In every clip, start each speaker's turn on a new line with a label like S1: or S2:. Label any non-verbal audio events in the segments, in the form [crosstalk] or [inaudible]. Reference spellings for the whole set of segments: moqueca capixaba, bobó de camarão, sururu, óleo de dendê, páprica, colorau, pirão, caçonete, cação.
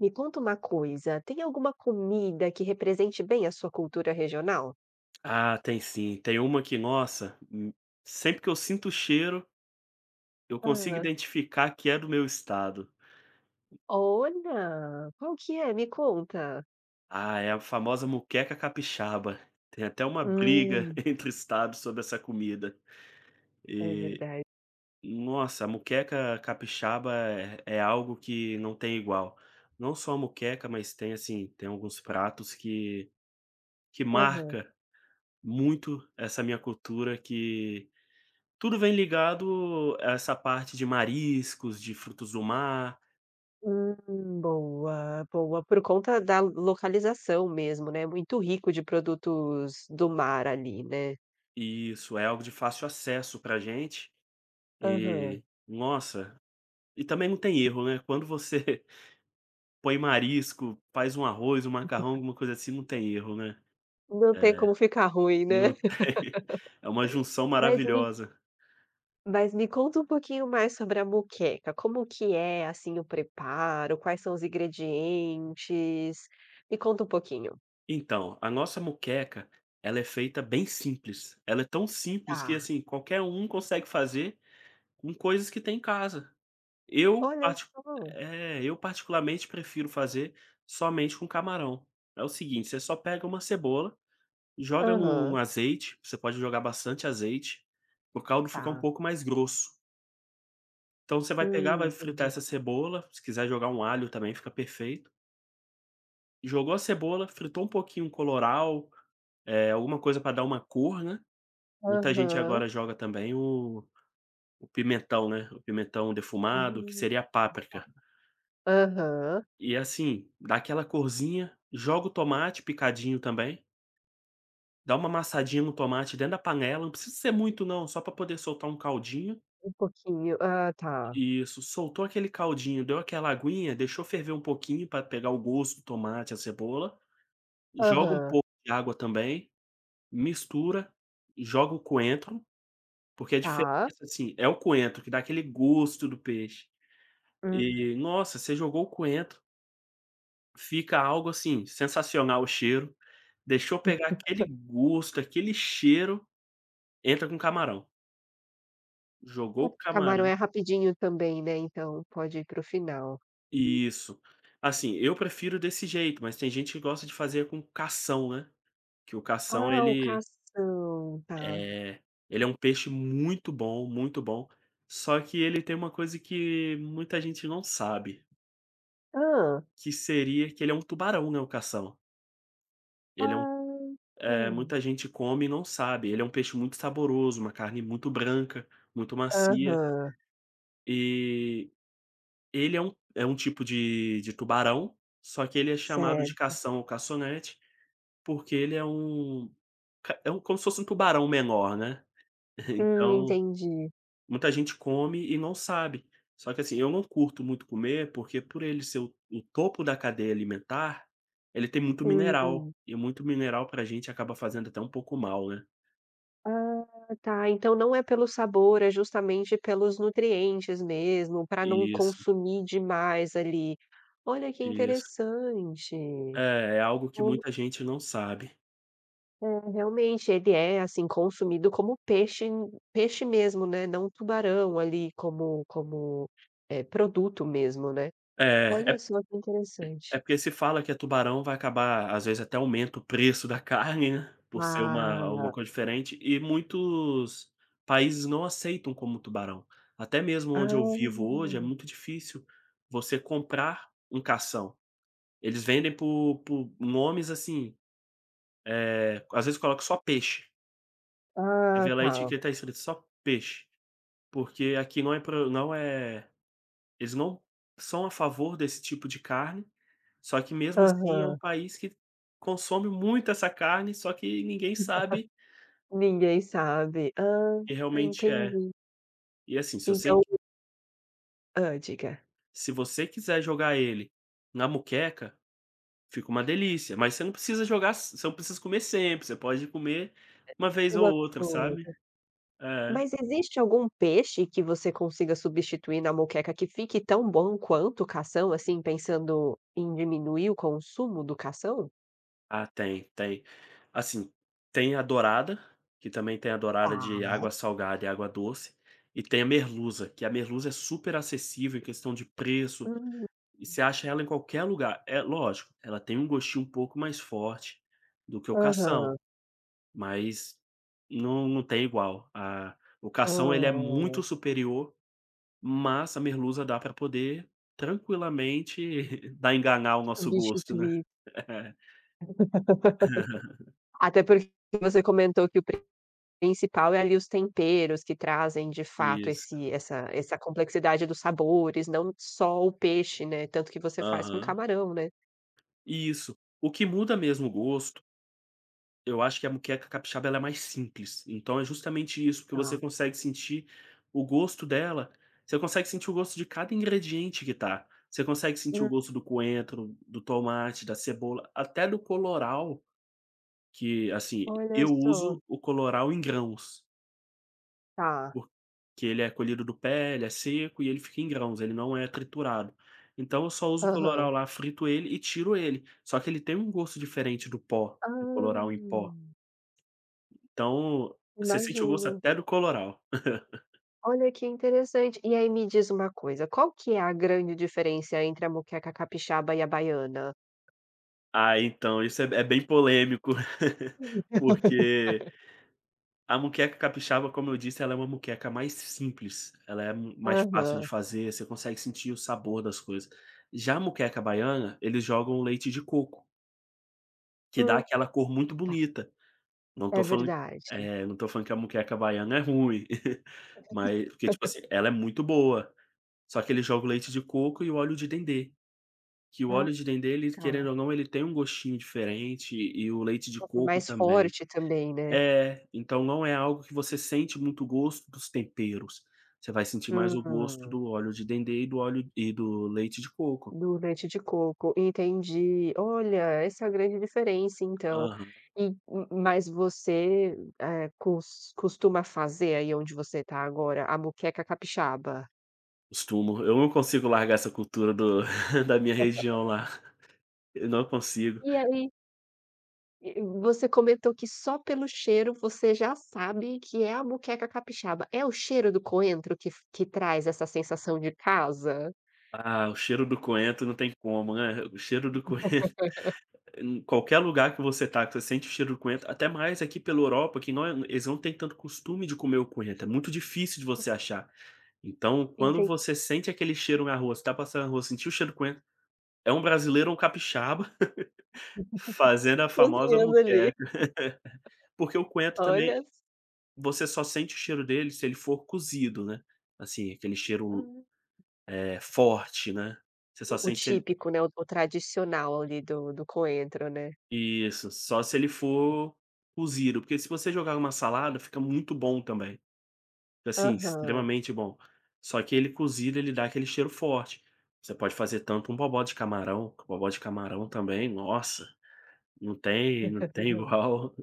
S1: Me conta uma coisa, tem alguma comida que represente bem a sua cultura regional?
S2: Ah, tem sim. Tem uma que, nossa, sempre que eu sinto o cheiro, eu consigo
S1: Hã.
S2: identificar que é do meu estado.
S1: Olha, qual que é? Me conta.
S2: Ah, é a famosa muqueca capixaba. Tem até uma briga
S1: Hum,
S2: [laughs] entre estados sobre essa comida.
S1: é
S2: E,
S1: verdade.
S2: nossa, a muqueca capixaba é algo que não tem igual. Não só a muqueca, mas tem assim, tem alguns pratos que
S1: Aham.
S2: marca muito essa minha cultura que tudo vem ligado a essa parte de mariscos, de frutos do mar.
S1: Boa, boa. Por conta da localização mesmo, né, muito rico de produtos do mar ali, né.
S2: Isso, é algo de fácil acesso pra gente.
S1: Aham.
S2: E, nossa, e também não tem erro, né, quando você [laughs] põe marisco, faz um arroz, um macarrão, alguma coisa assim, não tem erro, né.
S1: Não
S2: É,
S1: tem como ficar ruim, né.
S2: não tem. [laughs] É uma junção
S1: Mas me
S2: maravilhosa.
S1: Mas me conta um pouquinho mais sobre a moqueca, como que é, assim, o preparo, quais são os ingredientes? Me conta um pouquinho.
S2: Então, a nossa moqueca, ela é feita bem simples. Ela é tão simples que,
S1: Tá.
S2: assim, qualquer um consegue fazer com coisas que tem em casa. Eu
S1: Olha
S2: parti
S1: só.
S2: eu particularmente prefiro fazer somente com camarão. É o seguinte, você só pega uma cebola, joga no
S1: Aham.
S2: azeite, você pode jogar bastante azeite, o caldo fica um
S1: Tá.
S2: pouco mais grosso. Então você vai pegar, vai fritar
S1: Entendi.
S2: essa cebola, se quiser jogar um alho também fica perfeito. Jogou a cebola, fritou um pouquinho coloral, colorau, alguma coisa para dar uma cor, né. Muita gente
S1: Aham.
S2: agora joga também o pimentão, né, o pimentão defumado, que
S1: Hum,
S2: seria a
S1: tá.
S2: páprica.
S1: Aham.
S2: E assim, dá aquela corzinha, joga o tomate picadinho também, dá uma amassadinha no tomate dentro da panela, não precisa ser muito não, só para poder soltar um caldinho.
S1: Um pouquinho. Ah, tá.
S2: Isso, soltou aquele caldinho, deu aquela aguinha, deixou ferver um pouquinho para pegar o gosto do tomate, a cebola, joga um
S1: Aham.
S2: pouco de água também, mistura, joga o coentro, porque a diferença,
S1: Tá.
S2: assim, é o coentro que dá aquele gosto do peixe.
S1: Hum.
S2: E nossa, você jogou o coentro. Fica algo, assim, sensacional o cheiro. Deixou pegar aquele gosto, aquele cheiro, entra com camarão. Jogou
S1: É
S2: o
S1: porque camarão
S2: camarão.
S1: é rapidinho também, né, então pode ir para o final.
S2: Isso. Assim, eu prefiro desse jeito, mas tem gente que gosta de fazer com cação, né, que o cação
S1: Ah, o cação, tá.
S2: é ele é um peixe muito bom, só que ele tem uma coisa que muita gente não sabe,
S1: Ah.
S2: que seria que ele é um tubarão, né, o cação. Ele é um.
S1: Ah,
S2: É, muita
S1: hum.
S2: gente come e não sabe. Ele é um peixe muito saboroso, uma carne muito branca, muito macia.
S1: Aham.
S2: E ele é um tipo de tubarão, só que ele é chamado de
S1: Certo.
S2: cação ou caçonete, porque ele é um ca é um como se fosse um tubarão menor, né. [laughs] Então,
S1: Entendi.
S2: muita gente come e não sabe. Só que assim, eu não curto muito comer, porque por ele ser o topo da cadeia alimentar, ele tem muito mineral,
S1: Hum.
S2: e muito mineral pra gente acaba fazendo até um pouco mal, né.
S1: Ah, tá, então não é pelo sabor, é justamente pelos nutrientes mesmo, para não
S2: Isso,
S1: consumir demais ali. Olha que
S2: isso.
S1: interessante.
S2: É, é algo que
S1: Então,
S2: muita gente não sabe.
S1: é, realmente ele é, assim, consumido como peixe mesmo, né, não tubarão ali como produto mesmo, né.
S2: É, é
S1: Olha só que
S2: é
S1: interessante.
S2: porque se fala que é tubarão, vai acabar às vezes até aumenta o preço da [laughs] carne, né, por ser uma alguma
S1: Ah.
S2: coisa diferente, e muitos países não aceitam como tubarão. Até mesmo onde eu
S1: Ah,
S2: vivo hoje, é muito difícil você comprar um cação. Eles vendem por nomes assim, às vezes coloca só peixe. Você
S1: ah,
S2: vê lá a
S1: tá.
S2: etiqueta escrito só peixe, porque aqui não é pro não é eles não são a favor desse tipo de carne. Só que mesmo assim é um
S1: Aham.
S2: país que consome muito essa carne, só que ninguém sabe
S1: Ninguém sabe. Ah,
S2: que realmente é.
S1: entendi.
S2: E assim, se você
S1: Então hã, diga.
S2: se você quiser jogar ele na moqueca, fica uma delícia, mas você não precisa jogar s- você não precisa comer sempre, você pode comer uma vez ou
S1: Uma vez
S2: outra,
S1: ou
S2: sabe.
S1: outra.
S2: É.
S1: Mas existe algum peixe que você consiga substituir na moqueca que fique tão bom quanto o cação, assim, pensando em diminuir o consumo do cação?
S2: Ah, tem, tem. Assim, tem a dourada, que também tem a
S1: Tá.
S2: dourada de água salgada e água doce, e tem a merluza, que a merluza é super acessível em questão de preço.
S1: Hum.
S2: E você acha ela em qualquer lugar. É lógico, ela tem um gostinho um pouco mais forte do que o cação,
S1: Aham.
S2: mas não tem igual. A o
S1: Hã.
S2: cação ele é muito superior, mas a merluza dá para poder tranquilamente [laughs] dar enganar o nosso gosto, né.
S1: Substituir.
S2: [laughs]
S1: [laughs] Até porque você comentou que o pre Principal é ali os temperos que trazem de fato
S2: Isso.
S1: esse essa complexidade dos sabores, não só o peixe, né, tanto que você faz com
S2: Aham.
S1: camarão, né?
S2: Isso. O que muda mesmo o gosto. Eu acho que a moqueca capixaba ela é mais simples, então é justamente isso, porque você
S1: Tá.
S2: consegue sentir o gosto dela, você consegue sentir o gosto de cada ingrediente que tá. Você consegue sentir o
S1: Hum,
S2: gosto do coentro, do tomate, da cebola, até do colorau, que assim,
S1: olha
S2: eu
S1: só.
S2: uso o colorau em grãos,
S1: Tá.
S2: porque ele é colhido do pé, ele é seco e ele fica em grãos, ele não é triturado. Então eu só uso o
S1: Aham.
S2: colorau lá, frito ele e tiro ele, só que ele tem um gosto diferente do pó,
S1: Hã.
S2: do colorau em pó. Então, você sente o gosto
S1: Imagino.
S2: até do colorau.
S1: Olha que interessante. E aí me diz uma coisa, qual que é a grande diferença entre a moqueca capixaba e a baiana?
S2: Ah, então isso é bem polêmico, [laughs]
S1: Hum.
S2: porque a moqueca capixaba, como eu disse, ela é uma moqueca mais simples, ela é m- mais fácil de
S1: Aham.
S2: fazer, você consegue sentir o sabor das coisas. Já a moqueca baiana, eles jogam leite de coco, que dá
S1: Hum,
S2: aquela cor muito
S1: tá,
S2: bonita. Não
S1: é
S2: tô falando
S1: verdade.
S2: não tô falando que a moqueca baiana é ruim, [laughs] mas porque, tipo assim, ela é muito boa, só que eles jogam leite de coco e o óleo de dendê. Que o
S1: Ah,
S2: óleo de dendê ele
S1: tá.
S2: querendo ou não, ele tem um gostinho diferente e o leite de
S1: É
S2: coco
S1: mais
S2: também.
S1: forte também, né?
S2: É, então não é algo que você sente muito o gosto dos temperos, você vai sentir mais o gosto
S1: Hum.
S2: do óleo de dendê e do óleo e do leite de coco.
S1: Do leite de coco, entendi. Olha, essa é a grande diferença então.
S2: Aham.
S1: E mas você, costuma fazer aí onde você está agora, a moqueca capixaba?
S2: Costumo, eu não consigo largar essa cultura do [laughs] da minha região lá, eu não consigo.
S1: E aí, e você comentou que só pelo cheiro você já sabe que é a moqueca capixaba. É o cheiro do coentro que traz essa sensação de casa?
S2: Ah, o cheiro do coentro não tem como, né, o cheiro do coentro. Em qualquer lugar que você tá, que você sente o cheiro do coentro, até mais aqui pela Europa, que não é eles não têm tanto costume de comer o coentro, é muito difícil de você achar. Então, quando
S1: Entendi.
S2: você sente aquele cheiro na rua, você tá passando na rua, sentiu o cheiro do coentro, é um brasileiro ou um capixaba [laughs] fazendo a famosa
S1: Cozinhando ali,
S2: moqueca. Porque o coentro também,
S1: olha só.
S2: você só sente o cheiro dele se ele for cozido, né, assim, aquele cheiro, forte, né. Você só
S1: O
S2: sente se ele
S1: típico, né, o tradicional ali do coentro, né.
S2: isso, só se ele for cozido, porque se você jogar uma salada, fica muito bom também. Assim,
S1: Aham.
S2: extremamente bom. Só que ele cozido, ele dá aquele cheiro forte. Você pode fazer tanto um bobó de camarão, que o bobó de camarão também, nossa, não tem [laughs] igual.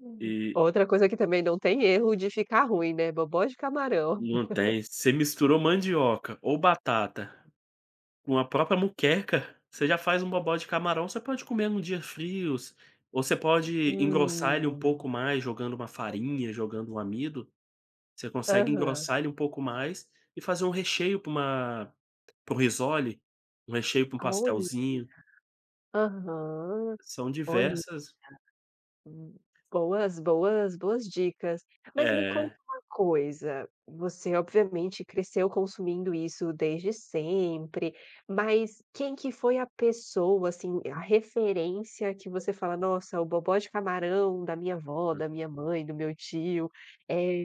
S1: Hum.
S2: E
S1: Outra coisa que também não tem erro de ficar ruim, né, bobó de camarão.
S2: não tem. Você misturou mandioca ou batata com a própria muqueca você já faz um bobó de camarão, você pode comer num dia frios, ou você pode engrossar ele um
S1: Hum.
S2: pouco mais jogando uma farinha, jogando um amido. Você consegue
S1: Aham.
S2: engrossar ele um pouco mais e fazer um recheio pra uma para um risole, um recheio para um
S1: Olha.
S2: pastelzinho,
S1: Aham.
S2: são
S1: Olha,
S2: diversas.
S1: hum, boas dicas. Mas me conta
S2: É,
S1: uma coisa, você obviamente cresceu consumindo isso desde sempre, mas quem que foi a pessoa, assim, a referência que você fala: "Nossa, o bobó de camarão da minha avó, da minha mãe, do meu tio, eh".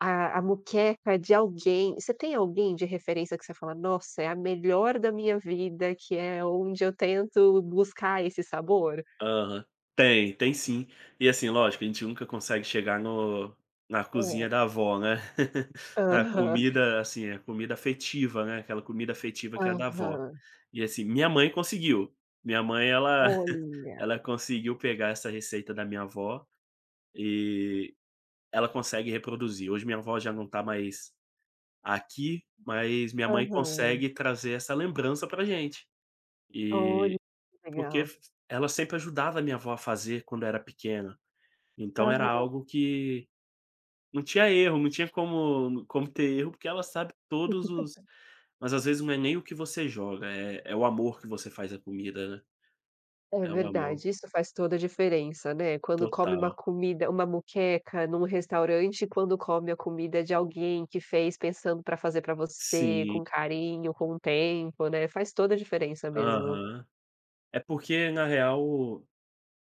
S1: A moqueca de alguém, você tem alguém de referência que você fala: "Nossa, é a melhor da minha vida, que é onde eu tento buscar esse sabor?"
S2: aham. Tem, tem sim. E assim, lógico, a gente nunca consegue chegar no na
S1: É.
S2: cozinha da avó, né. [laughs] A
S1: Aham,
S2: comida, assim, a comida afetiva, né, aquela comida afetiva que é a da avó.
S1: aham.
S2: E assim, minha mãe conseguiu. Minha mãe ela [laughs]
S1: Olha,
S2: ela conseguiu pegar essa receita da minha avó, e ela consegue reproduzir. Hoje minha avó já não tá mais aqui, mas minha mãe
S1: aham.
S2: consegue trazer essa lembrança pra gente.
S1: Olha,
S2: E
S1: que
S2: porque
S1: legal.
S2: f ela sempre ajudava a minha avó a fazer quando era pequena, então era
S1: Aham.
S2: algo que não tinha erro, não tinha como ter erro, porque ela sabe todos os, mas às vezes não é nem o que você joga, é o amor que você faz a comida, né.
S1: É
S2: É o amor
S1: verdade, isso faz toda a diferença, né, quando come
S2: total.
S1: uma moqueca num restaurante quando come a comida de alguém que fez pensando para fazer para você,
S2: Sim,
S1: com carinho, com tempo, né, faz toda a diferença mesmo.
S2: aham. É porque na real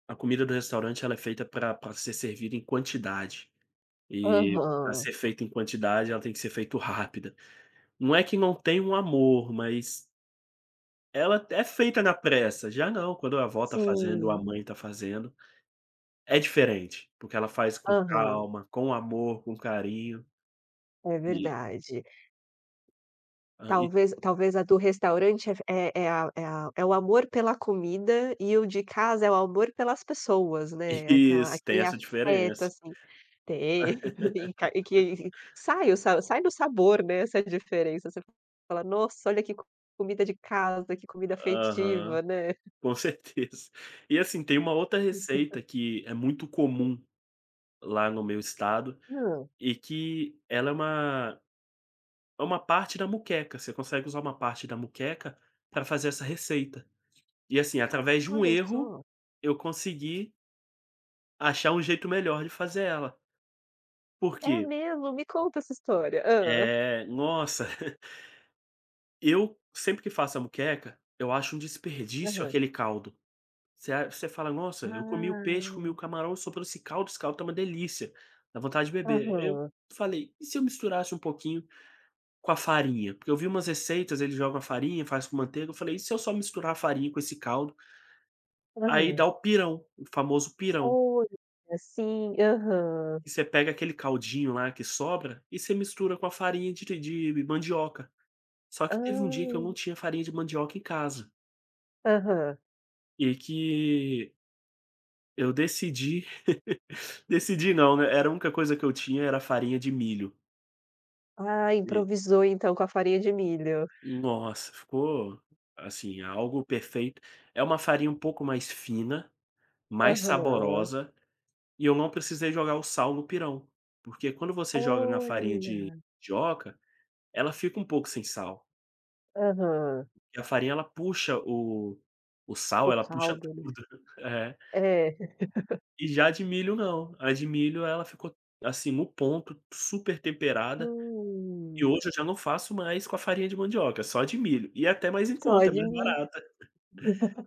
S2: a comida do restaurante ela é feita para ser servida em quantidade, e pra
S1: Aham,
S2: ser feita em quantidade ela tem que ser feita rápida. Não é que não tem um amor, mas ela é feita na pressa, já não, quando a avó tá fazendo ou a
S1: sim,
S2: mãe tá fazendo, é diferente, porque ela faz com
S1: aham,
S2: calma, com amor, com carinho
S1: é
S2: e
S1: verdade.
S2: e
S1: Talvez a do restaurante é é é a é a é o amor pela comida, e o de casa é o amor pelas pessoas,
S2: [laughs]
S1: né, aquela
S2: isso, tem
S1: aquele
S2: essa
S1: afeto,
S2: diferença.
S1: assim tem, [laughs] e que sai o sa sai no sabor, né, essa diferença, você fala: "Nossa, olha que comida de casa, que comida afetiva",
S2: Aham,
S1: né.
S2: com certeza. E assim, tem uma outra receita que é muito comum lá no meu estado.
S1: Hã,
S2: E que ela é uma parte da muqueca, você consegue usar uma parte da muqueca para fazer essa receita. E assim, através de um
S1: olha
S2: erro,
S1: só.
S2: eu consegui achar um jeito melhor de fazer ela. Por
S1: É
S2: quê?
S1: mesmo? Me conta essa história. Hã.
S2: Nossa, [laughs] eu sempre que faço a muqueca, eu acho um desperdício
S1: Aham.
S2: aquele caldo. Você a você fala: "Nossa, eu comi o peixe, comi o camarão, sobrou esse caldo tá uma delícia, dá vontade de
S1: Ah,
S2: beber". Eu
S1: aham.
S2: falei: "E se eu misturasse um pouquinho com a farinha", porque eu vi umas receitas, ele joga a farinha, faz com manteiga, eu falei: "E se eu só misturar a farinha com esse caldo?" Aí
S1: Aham.
S2: dá o pirão, o famoso pirão,
S1: Olha, sim, aham.
S2: e você pega aquele caldinho lá que sobra e você mistura com a farinha de mandioca. Só que teve um dia que eu
S1: Ah,
S2: não tinha farinha de mandioca em casa,
S1: aham.
S2: e que eu decidi [laughs] decidi não, né, era a única coisa que eu tinha era farinha de milho.
S1: Ah, improvisou então com a farinha de milho.
S2: E nossa, ficou, assim, algo perfeito. É uma farinha um pouco mais fina, mais
S1: Aham.
S2: saborosa. E eu não precisei jogar o sal no pirão, porque quando você joga na farinha de
S1: Olha.
S2: mandioca, ela fica um pouco sem sal,
S1: Aham.
S2: e a farinha ela puxa o sal,
S1: O
S2: ela puxa
S1: caldo, né.
S2: tudo. [laughs] É.
S1: É.
S2: E já de milho não, a de milho ela ficou, assim, no ponto, super temperada, e
S1: Hum,
S2: hoje eu já não faço mais com a farinha de mandioca, só de milho, e é até mais em
S1: só
S2: conta, é
S1: de
S2: mais
S1: milho.
S2: barata.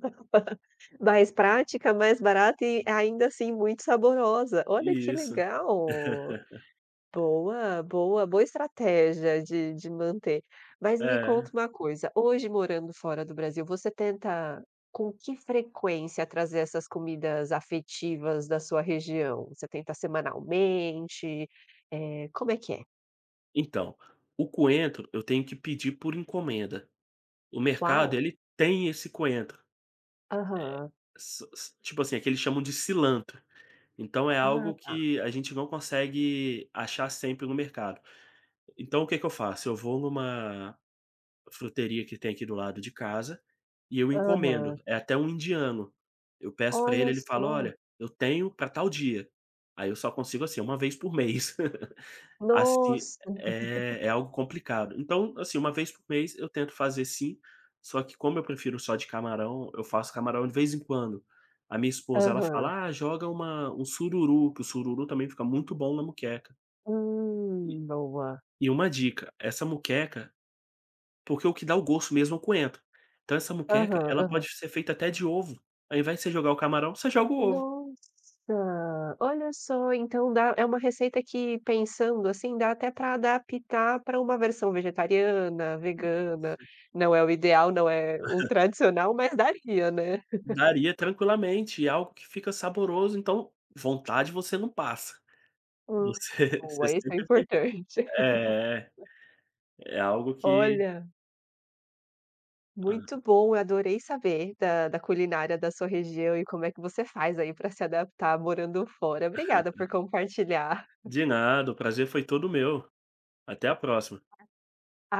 S1: [laughs] Mais prática, mais barata e ainda assim muito saborosa. Olha que
S2: Isso.
S1: legal. Boa, boa, boa estratégia de manter. Mas me
S2: É.
S1: conta uma coisa, hoje morando fora do Brasil, você tenta com que frequência trazer essas comidas afetivas da sua região? Você tenta semanalmente? Eh, como é que é?
S2: Então, o coentro eu tenho que pedir por encomenda. O mercado
S1: Uau!
S2: ele tem esse coentro.
S1: Aham.
S2: S s tipo assim, aqui eles chamam de cilantro, então é
S1: Ah,
S2: algo
S1: tá.
S2: que a gente não consegue achar sempre no mercado. Então o que que eu faço? Eu vou numa fruteria que tem aqui do lado de casa e eu encomendo,
S1: Aham.
S2: é até um indiano. Eu peço para
S1: Olha
S2: ele, ele fala:
S1: só.
S2: "Olha, eu tenho para tal dia". Aí eu só consigo, assim, uma vez por mês. [laughs] Assim,
S1: Nossa!
S2: é algo complicado. Então, assim, uma vez por mês eu tento fazer sim, só que como eu prefiro só de camarão, eu faço camarão de vez em quando. A minha esposa, ela
S1: Aham.
S2: fala: "Ah, joga uma um sururu", que o sururu também fica muito bom na moqueca. E
S1: Boa.
S2: uma dica, essa moqueca porque o que dá o gosto mesmo é o coentro. Então essa moqueca,
S1: Aham,
S2: ela
S1: aham.
S2: pode ser feita até de ovo. Ao invés de você jogar o camarão, você joga o ovo.
S1: Nossa, olha só, então dá, é uma receita que, pensando assim, dá até para adaptar para uma versão vegetariana, vegana,
S2: Isso.
S1: não é o ideal, não é o tradicional, mas daria, né.
S2: Daria tranquilamente, e é algo que fica saboroso, então vontade você não passa.
S1: Hum,
S2: Você [laughs] você
S1: boa, isso é
S2: sempre
S1: importante. [laughs]
S2: é, é é algo que
S1: Olha,
S2: hã,
S1: muito bom, eu adorei saber da culinária da sua região e como é que você faz aí para se adaptar morando fora. Obrigada por compartilhar.
S2: de nada, o prazer foi todo meu. Até a próxima.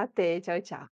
S1: Até, tchau, tchau.